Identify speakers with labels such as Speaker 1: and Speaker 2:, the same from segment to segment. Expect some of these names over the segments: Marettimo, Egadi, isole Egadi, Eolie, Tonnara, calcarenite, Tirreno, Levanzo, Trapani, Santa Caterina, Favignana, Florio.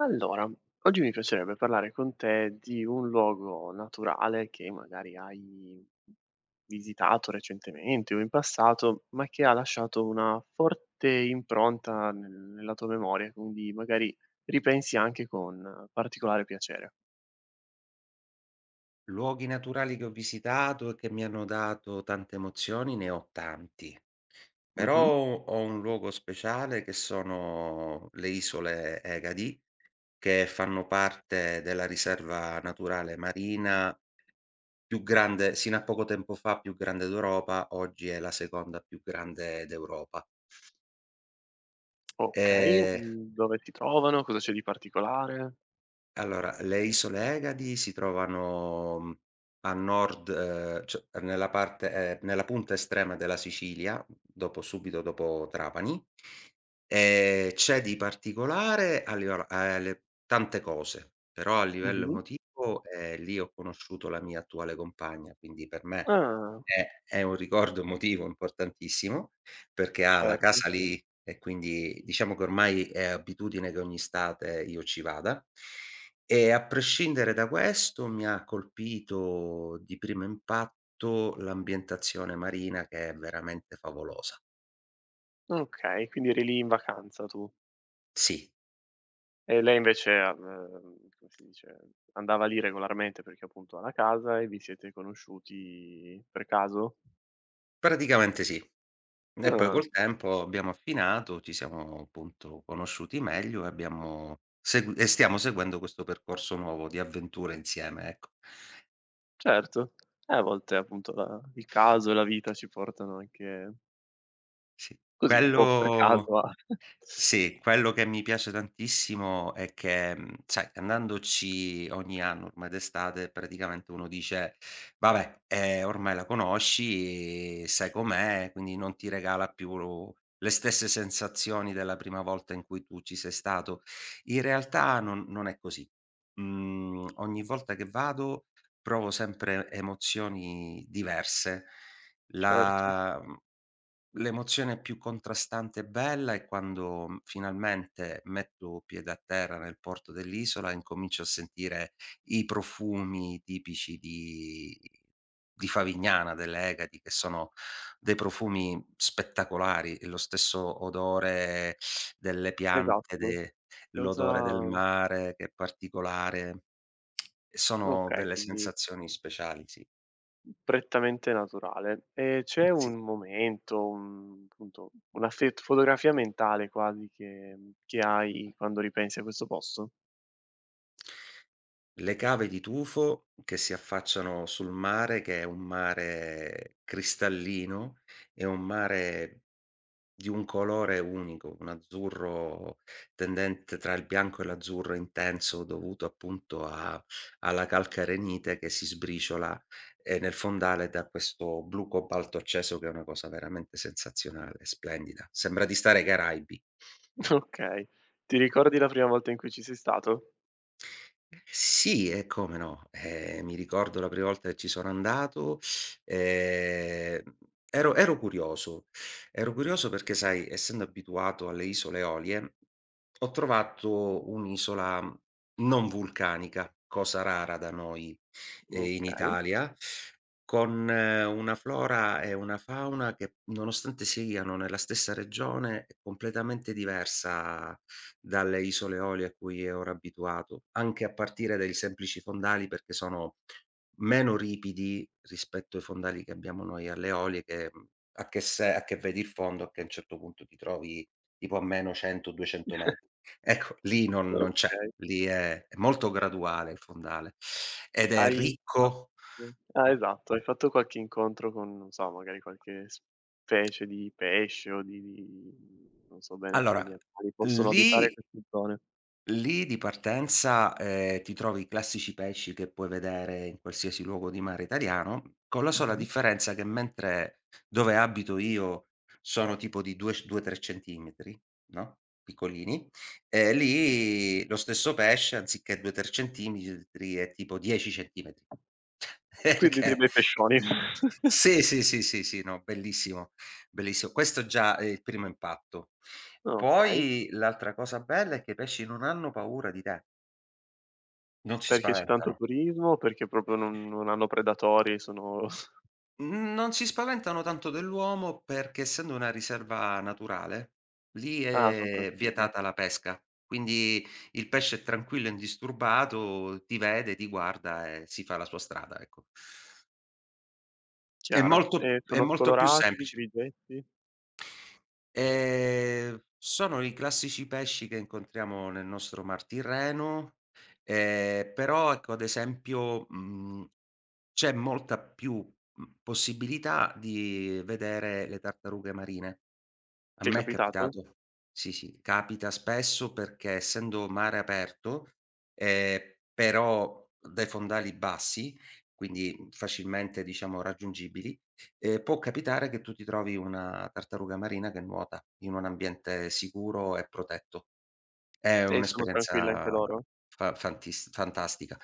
Speaker 1: Allora, oggi mi piacerebbe parlare con te di un luogo naturale che magari hai visitato recentemente o in passato, ma che ha lasciato una forte impronta nella tua memoria, quindi magari ripensi anche con particolare piacere.
Speaker 2: Luoghi naturali che ho visitato e che mi hanno dato tante emozioni ne ho tanti, però
Speaker 1: Mhm.
Speaker 2: ho un luogo speciale che sono le isole Egadi, che fanno parte della riserva naturale marina più grande, sino a poco tempo fa più grande d'Europa, oggi è la seconda più grande d'Europa.
Speaker 1: Ok,
Speaker 2: Ehm
Speaker 1: dove ti trovano? Cosa c'è di particolare?
Speaker 2: Allora, le isole Egadi si trovano, a nord cioè nella parte nella punta estrema della Sicilia, dopo subito dopo Trapani. C'è di particolare a livello le tante cose, però a livello
Speaker 1: Mhm.
Speaker 2: emotivo, lì ho conosciuto la mia attuale compagna, quindi per me
Speaker 1: Ah,
Speaker 2: è un ricordo emotivo importantissimo, perché ha la
Speaker 1: certo.
Speaker 2: casa lì e quindi diciamo che ormai è abitudine che ogni estate io ci vada. E a prescindere da questo, mi ha colpito di primo impatto l'ambientazione marina che è veramente favolosa.
Speaker 1: Ok, quindi eri lì in vacanza tu.
Speaker 2: Sì,
Speaker 1: E lei invece, come si dice, andava lì regolarmente perché appunto ha la casa e vi siete conosciuti per caso?
Speaker 2: praticamente sì. E poi
Speaker 1: Ah,
Speaker 2: col tempo abbiamo affinato, ci siamo appunto conosciuti meglio e abbiamo segu e stiamo seguendo questo percorso nuovo di avventure insieme, ecco.
Speaker 1: certo. A volte appunto la il caso e la vita ci portano anche
Speaker 2: Sì.
Speaker 1: così, un po' per
Speaker 2: Quello
Speaker 1: caso a
Speaker 2: Sì, quello che mi piace tantissimo è che, sai, andandoci ogni anno ormai d'estate, praticamente uno dice: "Vabbè, ormai la conosci, sai com'è, quindi non ti regala più lo le stesse sensazioni della prima volta in cui tu ci sei stato". In realtà non è così. Ogni volta che vado provo sempre emozioni diverse.
Speaker 1: certo,
Speaker 2: La mhmm, L'emozione più contrastante e bella è quando, finalmente metto piede a terra nel porto dell'isola e incomincio a sentire i profumi tipici di Favignana, delle Egadi, che sono dei profumi spettacolari, e lo stesso odore delle piante,
Speaker 1: esatto.
Speaker 2: de l'odore
Speaker 1: Cosa
Speaker 2: del mare che è particolare. Sono
Speaker 1: okay,
Speaker 2: delle
Speaker 1: quindi
Speaker 2: sensazioni speciali, sì,
Speaker 1: prettamente naturale. E c'è un
Speaker 2: sì.
Speaker 1: momento, un appunto una fe fotografia mentale quasi che hai quando ripensi a questo posto?
Speaker 2: Le cave di tufo che si affacciano sul mare, che è un mare cristallino, è un mare di un colore unico, un azzurro tendente tra il bianco e l'azzurro intenso dovuto appunto a alla calcarenite che si sbriciola, nel fondale da questo blu cobalto acceso che è una cosa veramente sensazionale, splendida. Sembra di stare ai Caraibi.
Speaker 1: Okay. Ti ricordi la prima volta in cui ci sei stato?
Speaker 2: Sì, e come no. Mi ricordo la prima volta che ci sono andato, ehm, ero curioso. Ero curioso perché, sai, essendo abituato alle isole Eolie, ho trovato un'isola non vulcanica, cosa rara da noi, in
Speaker 1: Okay.
Speaker 2: Italia, con una flora e una fauna che, nonostante siano nella stessa regione, è completamente diversa dalle isole Eolie a cui è ora abituato, anche a partire dai semplici fondali perché sono meno ripidi rispetto ai fondali che abbiamo noi alle Eolie che a che se a che vedi il fondo, a un certo punto ti trovi tipo a meno 100, 200 metri. Ecco, lì non c'è,
Speaker 1: Okay.
Speaker 2: lì è molto graduale il fondale ed è
Speaker 1: Hai
Speaker 2: ricco
Speaker 1: fatto ah, esatto, hai fatto qualche incontro con, non so, magari qualche specie di pesce o di non so bene quali
Speaker 2: allora,
Speaker 1: animali possono abitare
Speaker 2: lì
Speaker 1: queste zone.
Speaker 2: Lì di partenza, ti trovi i classici pesci che puoi vedere in qualsiasi luogo di mare italiano, con la sola
Speaker 1: Mh-mh.
Speaker 2: differenza che mentre dove abito io sono tipo di 2, 3 centimetri, no, piccolini, lì lo stesso pesce anziché 2, 3 centimetri è tipo 10 centimetri.
Speaker 1: Quindi dei
Speaker 2: Perché
Speaker 1: bei pescioni.
Speaker 2: sì, sì, sì, sì, sì, no, bellissimo. Bellissimo, questo già è il primo impatto.
Speaker 1: Okay.
Speaker 2: Poi l'altra cosa bella è che i pesci non hanno paura di te, non si
Speaker 1: Perché c'è tanto
Speaker 2: spaventano.
Speaker 1: turismo o perché proprio non hanno predatori e sono
Speaker 2: N non si spaventano tanto dell'uomo perché essendo una riserva naturale, lì
Speaker 1: ah, son
Speaker 2: è
Speaker 1: tranquilli.
Speaker 2: vietata la pesca. Quindi il pesce è tranquillo e indisturbato, ti vede, ti guarda e si fa la sua strada, ecco.
Speaker 1: Chiaro. E
Speaker 2: È
Speaker 1: sono
Speaker 2: molto più
Speaker 1: colorati,
Speaker 2: semplice.
Speaker 1: grigetti?
Speaker 2: Sono i classici pesci che incontriamo nel nostro mar Tirreno, però ecco ad esempio, c'è molta più, possibilità di vedere le tartarughe marine. A
Speaker 1: Ti è
Speaker 2: me è
Speaker 1: capitato?
Speaker 2: capitato. Sì, sì, capita spesso perché essendo mare aperto, ehm, però dai fondali bassi, quindi facilmente diciamo raggiungibili, può capitare che tu ti trovi una tartaruga marina che nuota in un ambiente sicuro e protetto. È
Speaker 1: E sono
Speaker 2: un'esperienza
Speaker 1: tranquille anche loro?
Speaker 2: fa fantis fantastica.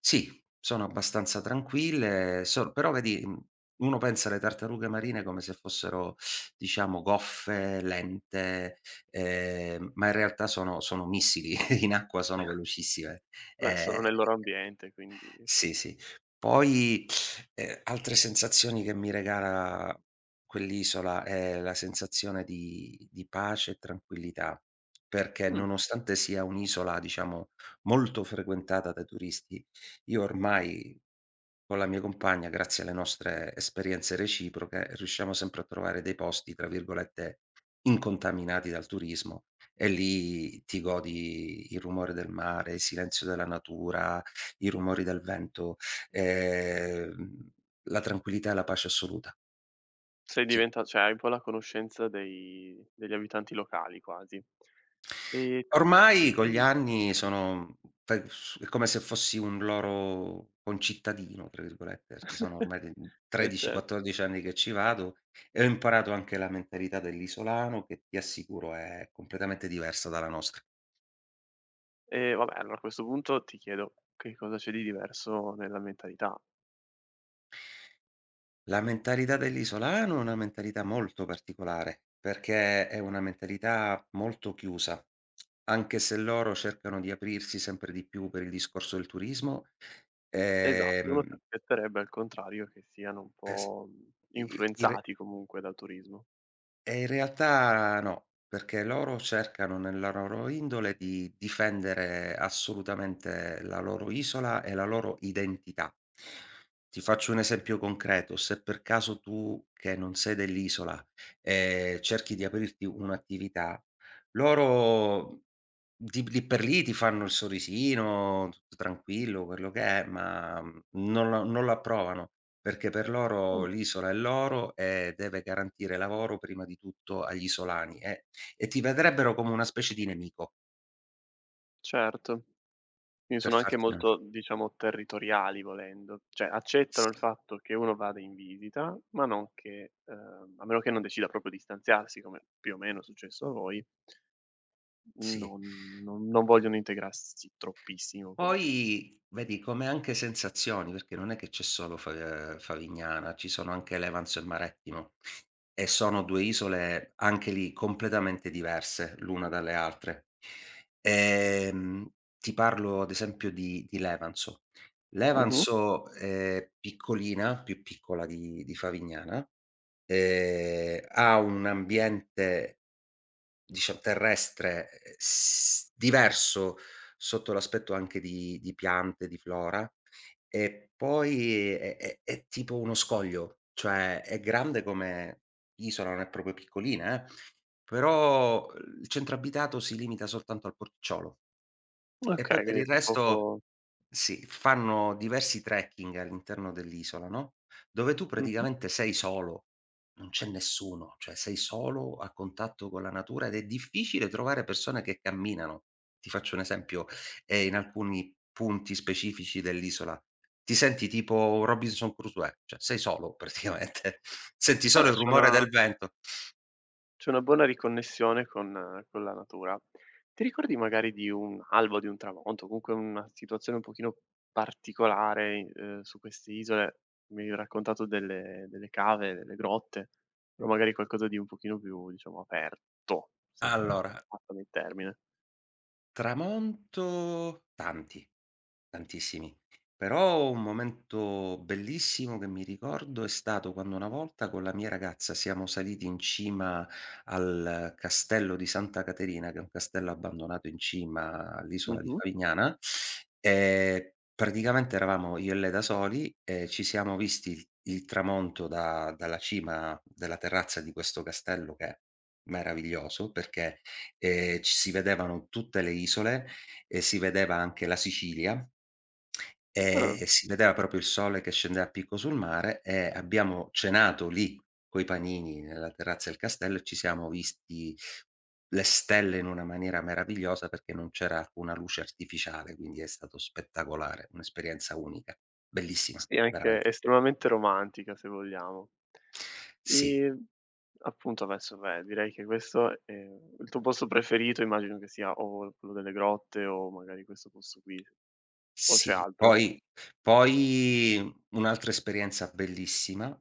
Speaker 2: Sì, sono abbastanza tranquille, so però vedi, uno pensa alle tartarughe marine come se fossero, diciamo, goffe, lente, ma in realtà sono missili, in acqua sono velocissime.
Speaker 1: Beh,
Speaker 2: Ehm
Speaker 1: sono nel loro ambiente, quindi
Speaker 2: sì, sì. Poi, altre sensazioni che mi regala quell'isola è la sensazione di pace e tranquillità, perché
Speaker 1: mh,
Speaker 2: nonostante sia un'isola, diciamo, molto frequentata dai turisti, io ormai con la mia compagna, grazie alle nostre esperienze reciproche, riusciamo sempre a trovare dei posti, tra virgolette, "incontaminati" dal turismo e lì ti godi il rumore del mare, il silenzio della natura, i rumori del vento, ehm, la tranquillità e la pace assoluta,
Speaker 1: sei
Speaker 2: sì.
Speaker 1: diventa cioè hai un po' la conoscenza dei degli abitanti locali quasi. E
Speaker 2: Ormai con gli
Speaker 1: mh,
Speaker 2: anni sono pe s è come se fossi un loro "concittadino" tra virgolette, perché sono ormai de 13,
Speaker 1: cer
Speaker 2: 14 anni che ci vado e ho imparato anche la mentalità dell'isolano che ti assicuro è completamente diversa dalla nostra.
Speaker 1: e vabbè, allora a questo punto ti chiedo che cosa c'è di diverso nella mentalità.
Speaker 2: La mentalità dell'isolano è una mentalità molto particolare, perché è una mentalità molto chiusa, anche se loro cercano di aprirsi sempre di più per il discorso del turismo,
Speaker 1: Esatto, uno si
Speaker 2: ehm
Speaker 1: aspetterebbe al contrario che siano un
Speaker 2: S
Speaker 1: po',
Speaker 2: i i re
Speaker 1: influenzati comunque dal turismo.
Speaker 2: e in realtà no, perché loro cercano nella loro indole di difendere assolutamente la loro isola e la loro identità. Ti faccio un esempio concreto: se per caso tu, che non sei dell'isola, cerchi di aprirti un'attività, loro di lì per lì ti fanno il sorrisino, tutto tranquillo, quello che è, ma, non lo approvano. Perché per loro
Speaker 1: Mh,
Speaker 2: l'isola è loro e deve garantire lavoro prima di tutto agli isolani e ti vedrebbero come una specie di nemico,
Speaker 1: certo. Quindi
Speaker 2: per
Speaker 1: sono anche
Speaker 2: farti una
Speaker 1: molto, diciamo, territoriali volendo, cioè accettano il
Speaker 2: sì,
Speaker 1: fatto che uno vada in visita, ma non che a meno che non decida proprio di distanziarsi, come più o meno è successo a voi,
Speaker 2: sì.
Speaker 1: non vogliono integrarsi troppissimo con i turisti.
Speaker 2: Poi vedi come anche sensazioni, perché non è che c'è solo Fa Favignana, ci sono anche Levanzo e Marettimo e sono 2 isole anche lì completamente diverse l'una dalle altre. Ehm, ti parlo ad esempio di Levanzo.
Speaker 1: Mh-mh.
Speaker 2: Levanzo è piccolina, più piccola di Favignana, ha un ambiente Diciam terrestre, s diverso sotto l'aspetto anche di piante, di flora, e poi è tipo uno scoglio, cioè è grande come isola, non è proprio piccolina, però il centro abitato si limita soltanto al porticciolo. E
Speaker 1: Okay,
Speaker 2: poi per
Speaker 1: quindi
Speaker 2: il
Speaker 1: per
Speaker 2: resto
Speaker 1: poco
Speaker 2: sì, fanno diversi trekking all'interno dell'isola, no, dove tu
Speaker 1: mh-mh.
Speaker 2: praticamente sei solo. Non c'è nessuno, cioè sei solo a contatto con la natura ed è difficile trovare persone che camminano. Ti faccio un esempio, in alcuni punti specifici dell'isola ti senti tipo Robinson Crusoe, cioè sei solo praticamente, senti solo
Speaker 1: Vabbè
Speaker 2: il rumore del vento.
Speaker 1: c'è una buona riconnessione con la natura. Ti ricordi magari di un alba, di un tramonto, comunque una situazione un pochino particolare i su queste isole? Mi hai raccontato delle cave, delle grotte, però magari qualcosa di un pochino più, diciamo, aperto, se
Speaker 2: Allora
Speaker 1: passami il termine.
Speaker 2: Tramonto tanti, tantissimi. Però un momento bellissimo che mi ricordo è stato quando una volta con la mia ragazza siamo saliti in cima al castello di Santa Caterina, che è un castello abbandonato in cima all'isola di
Speaker 1: Mh-mh.
Speaker 2: Favignana, e praticamente eravamo io e lei da soli e ci siamo visti il tramonto da dalla cima della terrazza di questo castello che è meraviglioso perché ci si vedevano tutte le isole e si vedeva anche la Sicilia,
Speaker 1: Ah.
Speaker 2: e si vedeva proprio il sole che scendeva a picco sul mare e abbiamo cenato lì coi panini nella terrazza del castello e ci siamo visti le stelle in una maniera meravigliosa perché non c'era alcuna luce artificiale, quindi è stato spettacolare, un'esperienza unica, bellissima
Speaker 1: Sì, anche
Speaker 2: veramente.
Speaker 1: estremamente romantica se vogliamo.
Speaker 2: Sì.
Speaker 1: Ehm, appunto adesso beh, direi che questo è il tuo posto preferito, immagino che sia o quello delle grotte o magari questo posto qui, o c'è
Speaker 2: Sì,
Speaker 1: altro?
Speaker 2: poi poi un'altra esperienza bellissima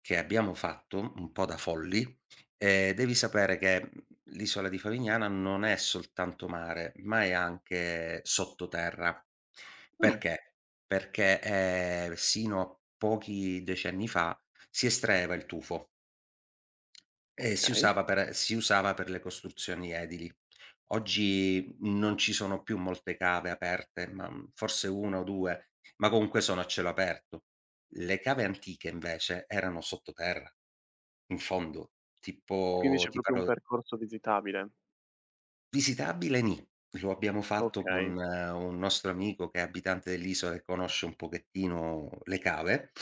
Speaker 2: che abbiamo fatto, un po' da folli, devi sapere che, l'isola di Favignana non è soltanto mare, ma è anche sottoterra.
Speaker 1: Mh,
Speaker 2: Perché? Perché, sino a pochi decenni fa si estraeva il tufo.
Speaker 1: okay.
Speaker 2: Si usava per le costruzioni edili. Oggi non ci sono più molte cave aperte, ma, forse 1 o 2, ma comunque sono a cielo aperto. Le cave antiche invece erano sottoterra, in fondo.
Speaker 1: Quindi
Speaker 2: Tipo
Speaker 1: c'è
Speaker 2: ti
Speaker 1: proprio un
Speaker 2: parlo
Speaker 1: percorso visitabile.
Speaker 2: Visitabile nì. Lo abbiamo fatto
Speaker 1: Okay,
Speaker 2: con un nostro amico che è abitante dell'isola e conosce un pochettino le cave,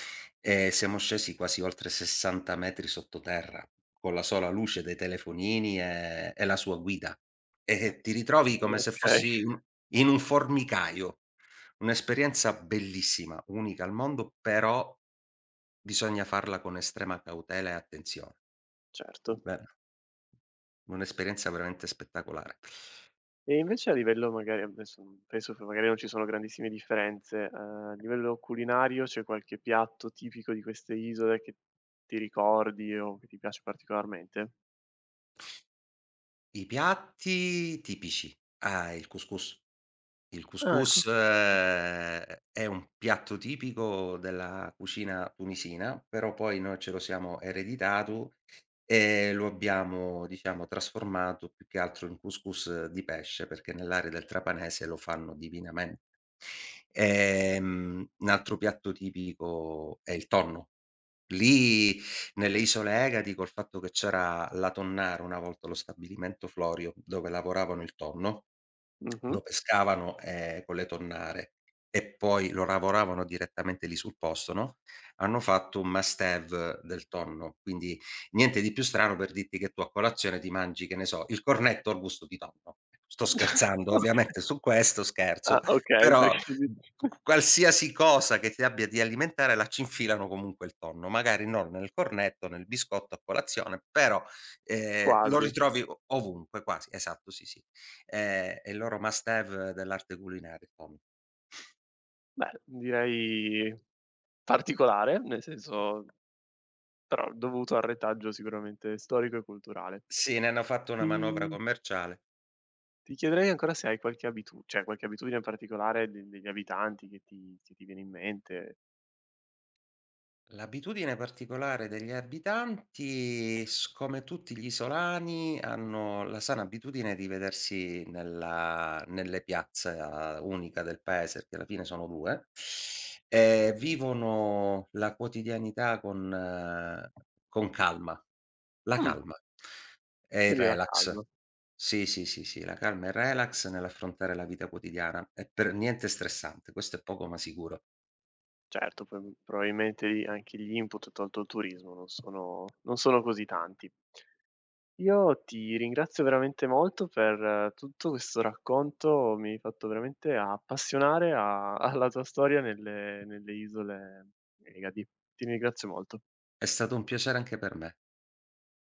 Speaker 2: e siamo scesi quasi oltre 60 metri sottoterra, con la sola luce dei telefonini e la sua guida. E ti ritrovi come se
Speaker 1: okay,
Speaker 2: fossi in un formicaio. Un'esperienza bellissima, unica al mondo, però bisogna farla con estrema cautela e attenzione.
Speaker 1: certo.
Speaker 2: Beh, un'esperienza veramente spettacolare.
Speaker 1: E invece a livello magari adesso penso che magari non ci sono grandissime differenze, a livello culinario c'è qualche piatto tipico di queste isole che ti ricordi o che ti piace particolarmente?
Speaker 2: I piatti tipici. Ah, il couscous. Il
Speaker 1: Ah, il
Speaker 2: couscous
Speaker 1: couscous.
Speaker 2: è un piatto tipico della cucina tunisina, però poi noi ce lo siamo ereditato e lo abbiamo, diciamo, trasformato più che altro in couscous di pesce, perché nell'area del trapanese lo fanno divinamente. Un altro piatto tipico è il tonno. Lì nelle isole Egadi, col fatto che c'era la Tonnara, una volta lo stabilimento Florio, dove lavoravano il tonno
Speaker 1: Mh-mh.
Speaker 2: lo pescavano, con le tonnare e poi lo lavoravano direttamente lì sul posto, no, hanno fatto un must have del tonno. Quindi niente di più strano per dirti che tu a colazione ti mangi, che ne so, il cornetto al gusto di tonno. Sto scherzando
Speaker 1: Okay.
Speaker 2: ovviamente su questo,
Speaker 1: Ah,
Speaker 2: scherzo,
Speaker 1: okay,
Speaker 2: però
Speaker 1: perché di
Speaker 2: q qualsiasi cosa che ti abbia di alimentare la ci infilano comunque il tonno, magari non nel cornetto, nel biscotto a colazione, però, lo
Speaker 1: quasi.
Speaker 2: ritrovi o ovunque quasi, esatto, sì, sì. È è il loro must have dell'arte culinaria, com
Speaker 1: Beh, direi particolare, nel senso però dovuto al retaggio sicuramente storico e culturale.
Speaker 2: Sì, ne hanno fatto una manovra
Speaker 1: Ti
Speaker 2: commerciale.
Speaker 1: Ti chiederei ancora se hai qualche abitu cioè qualche abitudine particolare de degli abitanti che ti viene in mente.
Speaker 2: L'abitudine particolare degli abitanti, s come tutti gli isolani, hanno la sana abitudine di vedersi nella nelle piazza unica del paese, perché alla fine sono 2, e vivono la quotidianità con calma. La
Speaker 1: Mh,
Speaker 2: calma e il
Speaker 1: quindi la
Speaker 2: relax.
Speaker 1: calma.
Speaker 2: Sì, sì, sì, sì, la calma e il relax nell'affrontare la vita quotidiana. È per niente stressante, questo è poco ma sicuro.
Speaker 1: Certo, poi probabilmente i anche gli input, tolto il turismo, non sono così tanti. Io ti ringrazio veramente molto per tutto questo racconto, mi hai fatto veramente appassionare a alla tua storia nelle isole Egadi. Ti ringrazio molto.
Speaker 2: È stato un piacere anche per me.